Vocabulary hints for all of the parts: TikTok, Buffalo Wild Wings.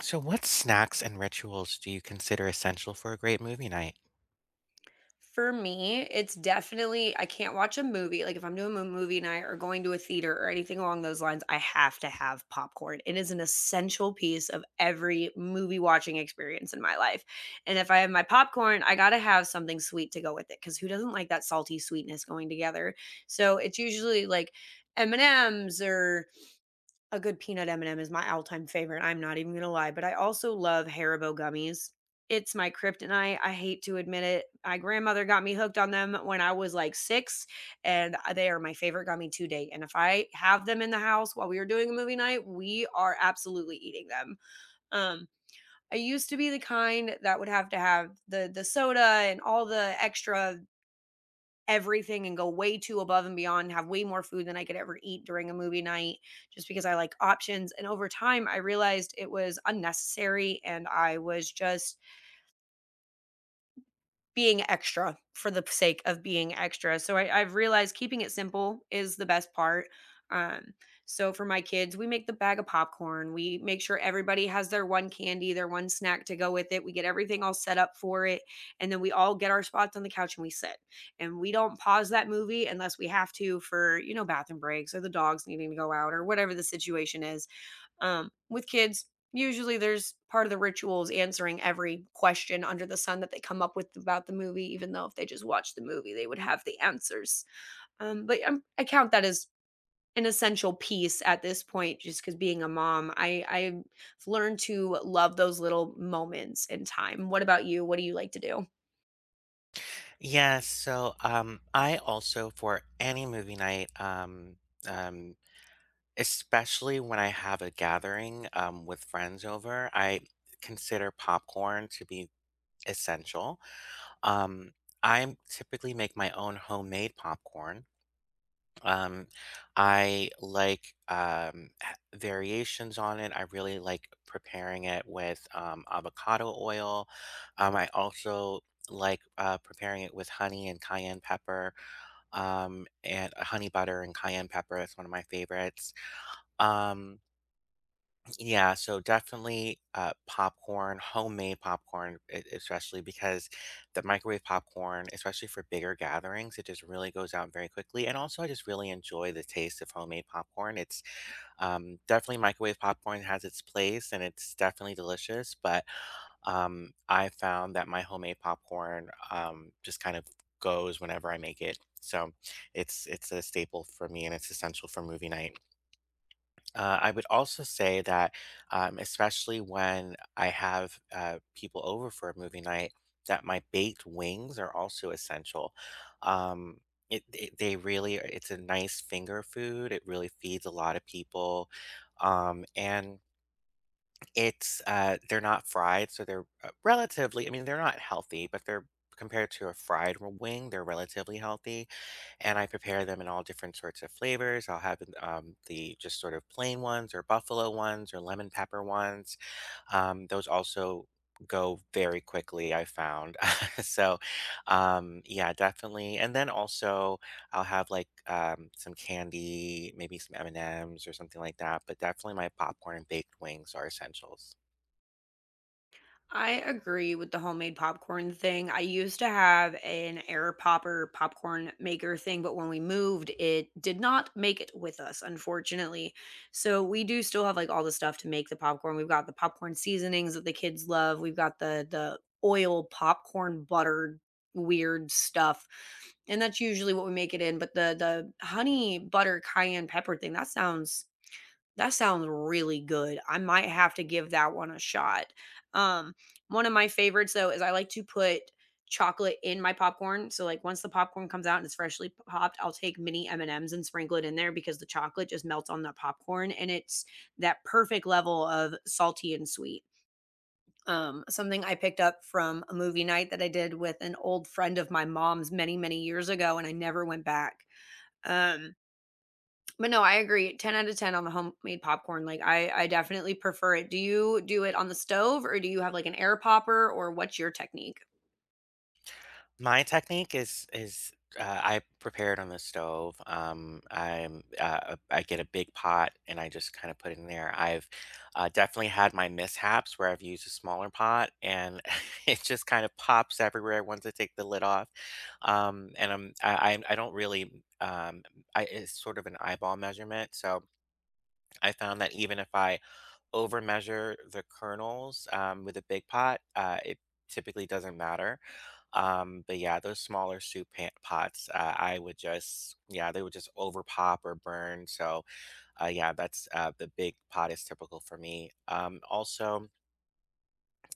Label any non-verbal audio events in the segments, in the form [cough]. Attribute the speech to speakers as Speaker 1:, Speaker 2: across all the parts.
Speaker 1: So, what snacks and rituals do you consider essential for a great movie night?
Speaker 2: For me, it's definitely I can't watch a movie. Like if I'm doing a movie night or going to a theater or anything along those lines, I have to have popcorn. It is an essential piece of every movie watching experience in my life. And if I have my popcorn, I got to have something sweet to go with it cuz who doesn't like that salty sweetness going together? So it's usually like M&Ms or a good peanut M&M is my all-time favorite, I'm not even gonna lie, but I also love Haribo gummies. It's my kryptonite, I hate to admit it. My grandmother got me hooked on them when I was, like, 6, and they are my favorite gummy to date, and if I have them in the house while we are doing a movie night, we are absolutely eating them. Um, I used to be the kind that would have to have the soda and all the extra everything and go way too above and beyond, have way more food than I could ever eat during a movie night just because I like options. And over time, I realized it was unnecessary and I was just being extra for the sake of being extra. So I've realized keeping it simple is the best part. Um, so for my kids, we make the bag of popcorn. We make sure everybody has their one candy, their one snack to go with it. We get everything all set up for it. And then we all get our spots on the couch and we sit. And we don't pause that movie unless we have to for, you know, bathroom breaks or the dogs needing to go out or whatever the situation is, with kids, usually there's part of the rituals answering every question under the sun that they come up with about the movie, even though if they just watched the movie, they would have the answers. But I count that as an essential piece at this point, just because being a mom, I've learned to love those little moments in time. What about you? What do you like to do?
Speaker 1: Yeah, so I also for any movie night, um, especially when I have a gathering with friends over, I consider popcorn to be essential. Um, I typically make my own homemade popcorn. Um, I like, h variations on it. I really like preparing it with, avocado oil. I also like, preparing it with honey and cayenne pepper, and honey butter and cayenne pepper is one of my favorites. Um yeah, so definitely popcorn, homemade popcorn, especially because the microwave popcorn, especially for bigger gatherings, it just really goes out very quickly. And also, I just really enjoy the taste of homemade popcorn. It's Definitely microwave popcorn has its place, and it's definitely delicious. But I found that my homemade popcorn just kind of goes whenever I make it. So it's a staple for me, and it's essential for movie night. I would also say that, especially when I have people over for a movie night, that my baked wings are also essential. Um, it, it- they really It's a nice finger food. It really feeds a lot of people, and it's they're not fried, so they're relatively. I mean, they're not healthy, but they're compared to a fried wing, they're relatively healthy, and I prepare them in all different sorts of flavors. I'll have the just sort of plain ones, or buffalo ones, or lemon pepper ones. Those also go very quickly, I found. [laughs] So, yeah, definitely. And then also, I'll have like some candy, maybe some M and M's or something like that. But definitely, my popcorn and baked wings are essentials.
Speaker 2: I agree with the homemade popcorn thing. I used to have an air popper popcorn maker thing, but when we moved, it did not make it with us, unfortunately. So we do still have like all the stuff to make the popcorn. We've got the popcorn seasonings that the kids love. We've got the oil popcorn butter weird stuff. And that's usually what we make it in, but the honey butter cayenne pepper thing, that sounds really good. I might have to give that one a shot. Um, One of my favorites though is I like to put chocolate in my popcorn. So like once the popcorn comes out and it's freshly popped, I'll take mini M&Ms and M's and sprinkle it in there because the chocolate just melts on the popcorn and it's that perfect level of salty and sweet. Something I picked up from a movie night that I did with an old friend of my mom's many, many years ago, and I never went back. Um, but no, I agree. 10 out of 10 on the homemade popcorn. Like I definitely prefer it. Do you do it on the stove or do you have like an air popper or what's your technique?
Speaker 1: My technique is I prepare it on the stove. I get a big pot and I just kind of put it in there. I've definitely had my mishaps where I've used a smaller pot and [laughs] it just kind of pops everywhere once I take the lid off. And I don't really I it's sort of an eyeball measurement, so I found that even if I overmeasure the kernels, with a big pot, it typically doesn't matter. But yeah, those smaller soup pan pots, I would just yeah, they would just over pop or burn. So, yeah, that's, the big pot is typical for me. Also,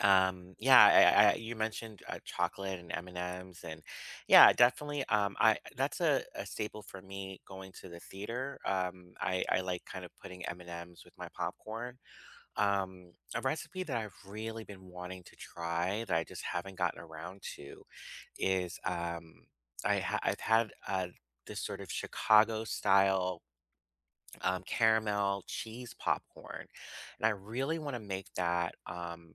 Speaker 1: yeah, I you mentioned, chocolate and M&Ms and M's, and yeah, definitely, I that's a staple for me going to the theater. I like kind of putting M&Ms with my popcorn. A recipe that I've really been wanting to try that I just haven't gotten around to is I've had this sort of Chicago style caramel cheese popcorn, and I really want to make that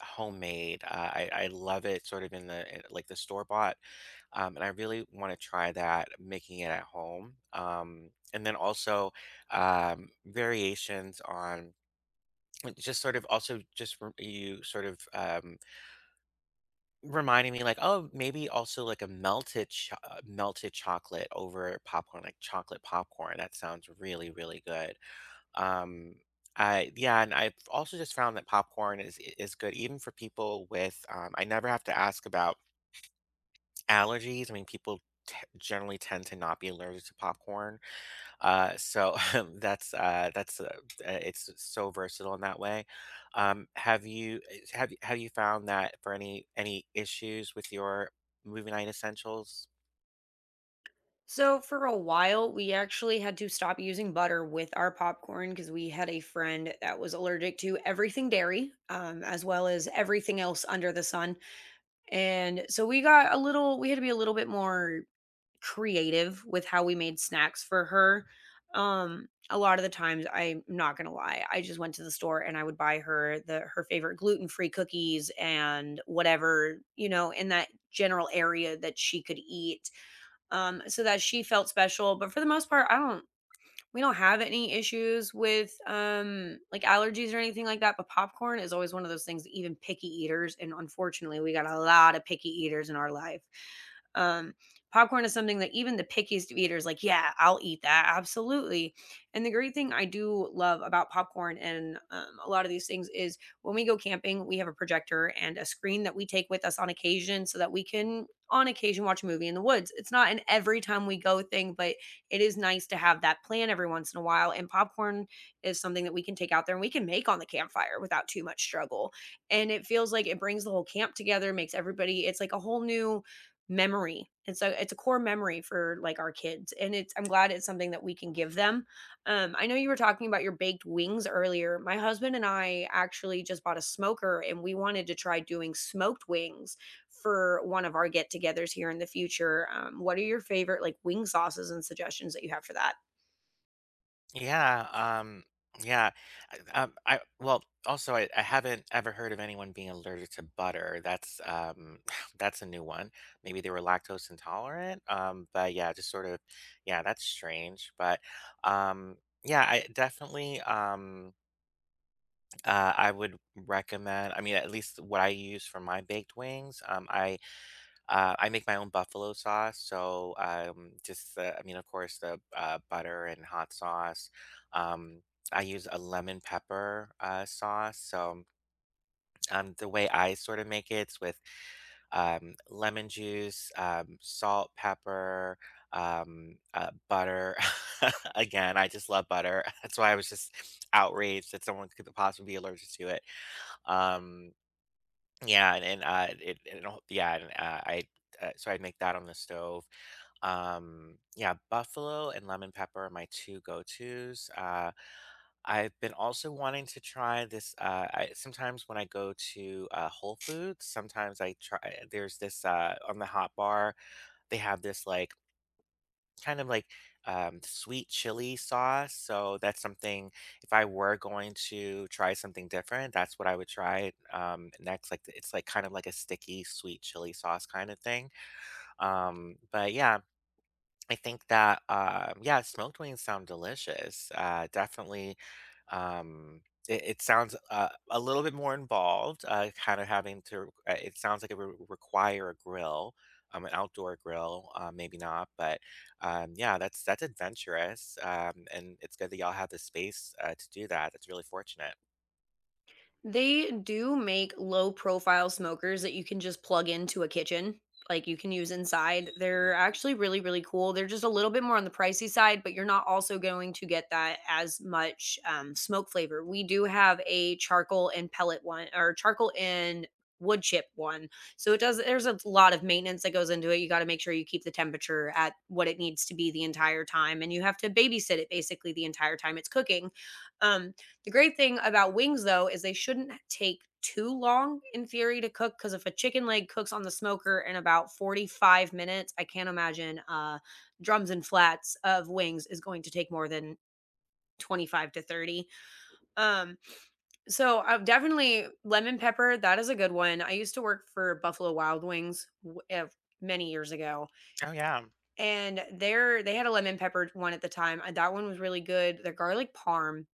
Speaker 1: homemade. I I love it sort of in like the store bought, and I really want to try that making it at home. And then also variations on it just sort of also you sort of reminding me like, oh, maybe also like a melted chocolate over popcorn, like chocolate popcorn, that sounds really really good. Um I Yeah, and I've also just found that popcorn is good even for people with I never have to ask about allergies. I mean, people generally tend to not be allergic to popcorn. So [laughs] that's it's so versatile in that way. Um, have you have you found that for any issues with your movie night essentials?
Speaker 2: So for a while, we actually had to stop using butter with our popcorn because we had a friend that was allergic to everything dairy, as well as everything else under the sun. And so we got a little, we had to be a little bit more creative with how we made snacks for her. A lot of the times, I'm not gonna lie, I just went to the store and I would buy her the her favorite gluten-free cookies and whatever, you know, in that general area that she could eat, so that she felt special. But for the most part, I don't we don't have any issues with, like, allergies or anything like that, but popcorn is always one of those things, even picky eaters, and unfortunately, we got a lot of picky eaters in our life. Um, popcorn is something that even the pickiest of eaters, like, yeah, I'll eat that, absolutely. And the great thing I do love about popcorn and, a lot of these things is when we go camping, we have a projector and a screen that we take with us on occasion so that we can, on occasion, watch a movie in the woods. It's not an every time we go thing, but it is nice to have that plan every once in a while. And popcorn is something that we can take out there and we can make on the campfire without too much struggle. And it feels like it brings the whole camp together, makes everybody, it's like a whole new memory. And so it's a core memory for like our kids. And it's I'm glad it's something that we can give them. I know you were talking about your baked wings earlier. My husband and I actually just bought a smoker and we wanted to try doing smoked wings for one of our get togethers here in the future. What are your favorite like wing sauces and suggestions that you have for that?
Speaker 1: Yeah, yeah. I Well, also I haven't ever heard of anyone being allergic to butter. That's [sighs] That's a new one. Maybe they were lactose intolerant. But yeah, just sort of, yeah, that's strange. But um, yeah, I definitely I would recommend, I mean, at least what I use for my baked wings, I make my own buffalo sauce, so, just the, I mean, of course, the, butter and hot sauce. Um, I use a lemon pepper, sauce, so, the way I sort of make it's with, lemon juice, salt, pepper, butter. [laughs] Again, I just love butter. [laughs] That's why I was just outraged that someone could possibly be allergic to it. Um yeah, and, it and al yeah, and, I so I make that on the stove. Yeah, buffalo and lemon pepper are my 2 go-tos. I've been also wanting to try this, I sometimes when I go to, Whole Foods, sometimes I try, there's this, on the hot bar, they have this, like, kind of like, sweet chili sauce, so that's something if I were going to try something different, that's what I would try, next, like, it's like kind of like a sticky sweet chili sauce kinda thing, but yeah. I think that, yeah, smoked wings sound delicious. Definitely, um, it, it sounds a little bit more involved. Kind of having to. It sounds like it would require a grill, an outdoor grill. Maybe not, but yeah, that's adventurous, and it's good that y'all have the space to do that. That's really fortunate.
Speaker 2: They do make low profile smokers that you can just plug into a kitchen, like you can use inside. They're actually really, really cool. They're just a little bit more on the pricey side, but you're not also going to get that as much smoke flavor. We do have a charcoal and pellet one or charcoal and wood chip one. So it does, there's a lot of maintenance that goes into it. You got to make sure you keep the temperature at what it needs to be the entire time. And you have to babysit it basically the entire time it's cooking. Um, the great thing about wings, though, is they shouldn't take too long in theory to cook because if a chicken leg cooks on the smoker in about 45 minutes, I can't imagine drums and flats of wings is going to take more than 25 to 30. Um, so I've definitely lemon pepper. That is a good one. I used to work for Buffalo Wild Wings many years ago,
Speaker 1: Oh yeah.
Speaker 2: and there they had a lemon pepper one at the time. That one was really good. Their garlic parm.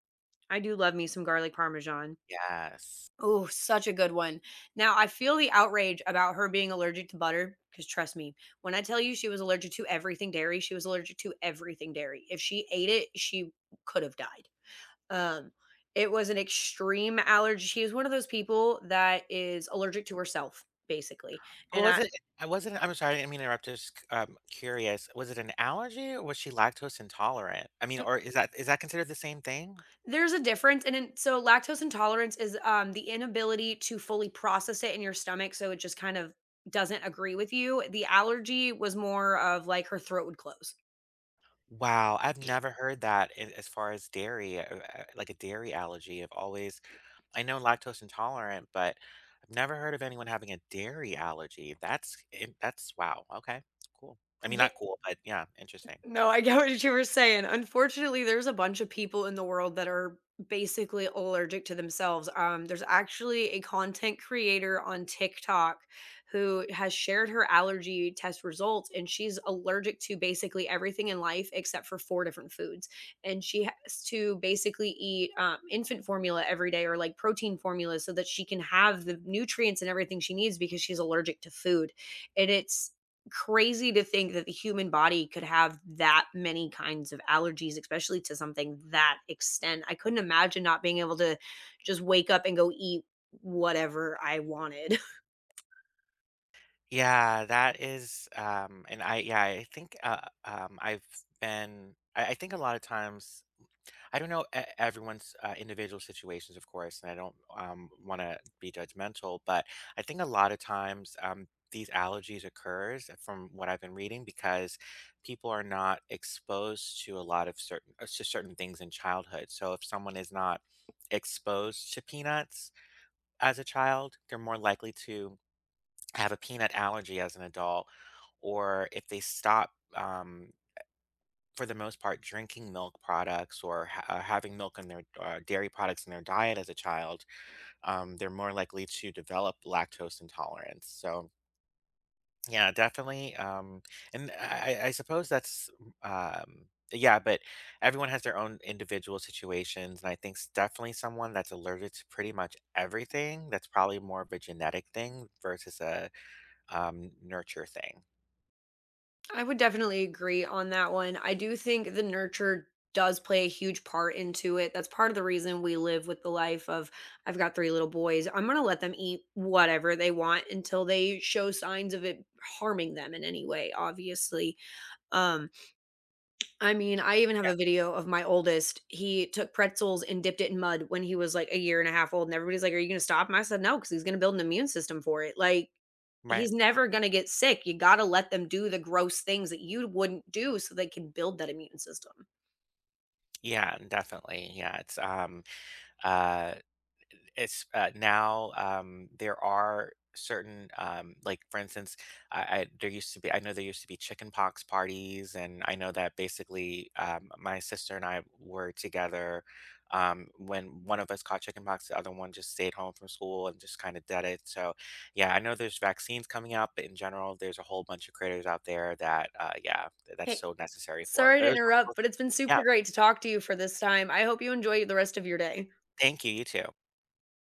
Speaker 2: I do love me some garlic parmesan.
Speaker 1: Yes.
Speaker 2: Oh, such a good one. Now, I feel the outrage about her being allergic to butter because trust me, when I tell you she was allergic to everything dairy, she was allergic to everything dairy. If she ate it, she could have died. Um, it was an extreme allergy. She is one of those people that is allergic to herself, basically.
Speaker 1: Well,
Speaker 2: And
Speaker 1: was
Speaker 2: I,
Speaker 1: it I'm sorry, I didn't mean to interrupt, just, curious. Was it an allergy or was she lactose intolerant? I mean, or is that considered the same thing?
Speaker 2: there's a difference so lactose intolerance is, um, the inability to fully process it in your stomach, so it just kind of doesn't agree with you. The allergy was more of like her throat would close.
Speaker 1: Wow, I've never heard that in as far as dairy, like a dairy allergy. I know lactose intolerant, but I've never heard of anyone having a dairy allergy. That's, wow, okay, cool. I mean,
Speaker 2: Yeah.
Speaker 1: not cool, but yeah, interesting.
Speaker 2: No, I get what you were saying. Unfortunately, there's a bunch of people in the world that are basically allergic to themselves. There's actually a content creator on TikTok who has shared her allergy test results, and she's allergic to basically everything in life except for four different foods. And she has to basically eat infant formula every day or like protein formula so that she can have the nutrients and everything she needs because she's allergic to food. And it's crazy to think that the human body could have that many kinds of allergies, especially to something that extent. I couldn't imagine not being able to just wake up and go eat whatever I wanted.
Speaker 1: Yeah, that is, and I yeah, I think, I've been I think a lot of times I don't know e everyone's, individual situations, of course, and I don't, wanna be judgmental, but I think a lot of times, these allergies occurs from what I've been reading because people are not exposed to a lot of certain to certain things in childhood. So if someone is not exposed to peanuts as a child, they're more likely to have a peanut allergy as an adult, or if they stop, for the most part, drinking milk products or having milk in their dairy products in their diet as a child, they're more likely to develop lactose intolerance. So, yeah, definitely. And I suppose that's, yeah, but everyone has their own individual situations. And I think definitely someone that's allergic to pretty much everything, that's probably more of a genetic thing versus a nurture thing.
Speaker 2: [laughs] I would definitely agree on that one. I do think the nurture does play a huge part into it. That's part of the reason we live with the life of I've got three little boys. I'm going to let them eat whatever they want until they show signs of it harming them in any way, obviously. Um I mean, I even have
Speaker 1: Yeah.
Speaker 2: a video of my oldest. He took pretzels and dipped it in mud when he was, like, a year and a half old, and everybody's like, "Are you gonna stop him?" I said, "No, because he's gonna build an immune system for it." Like,
Speaker 1: Right.
Speaker 2: he's never gonna get sick. You gotta let them do the gross things that you wouldn't do so they can build that immune system.
Speaker 1: Yeah, definitely. Uh Now, there are certain, like, for instance, I there used to be, I know there used to be, chicken pox parties, and I know that basically, my sister and I were together, when one of us caught chicken pox, the other one just stayed home from school and just kinda did it, so, yeah, I know there's vaccines coming out, but in general, there's a whole bunch of creators out there that, yeah, that's
Speaker 2: Hey,
Speaker 1: so necessary for it,
Speaker 2: sorry
Speaker 1: but
Speaker 2: to
Speaker 1: it was wonderful.
Speaker 2: interrupt, but it's been
Speaker 1: Yeah,
Speaker 2: super great to talk to you for this time. I hope you enjoy the rest of your day.
Speaker 1: thank you, you too.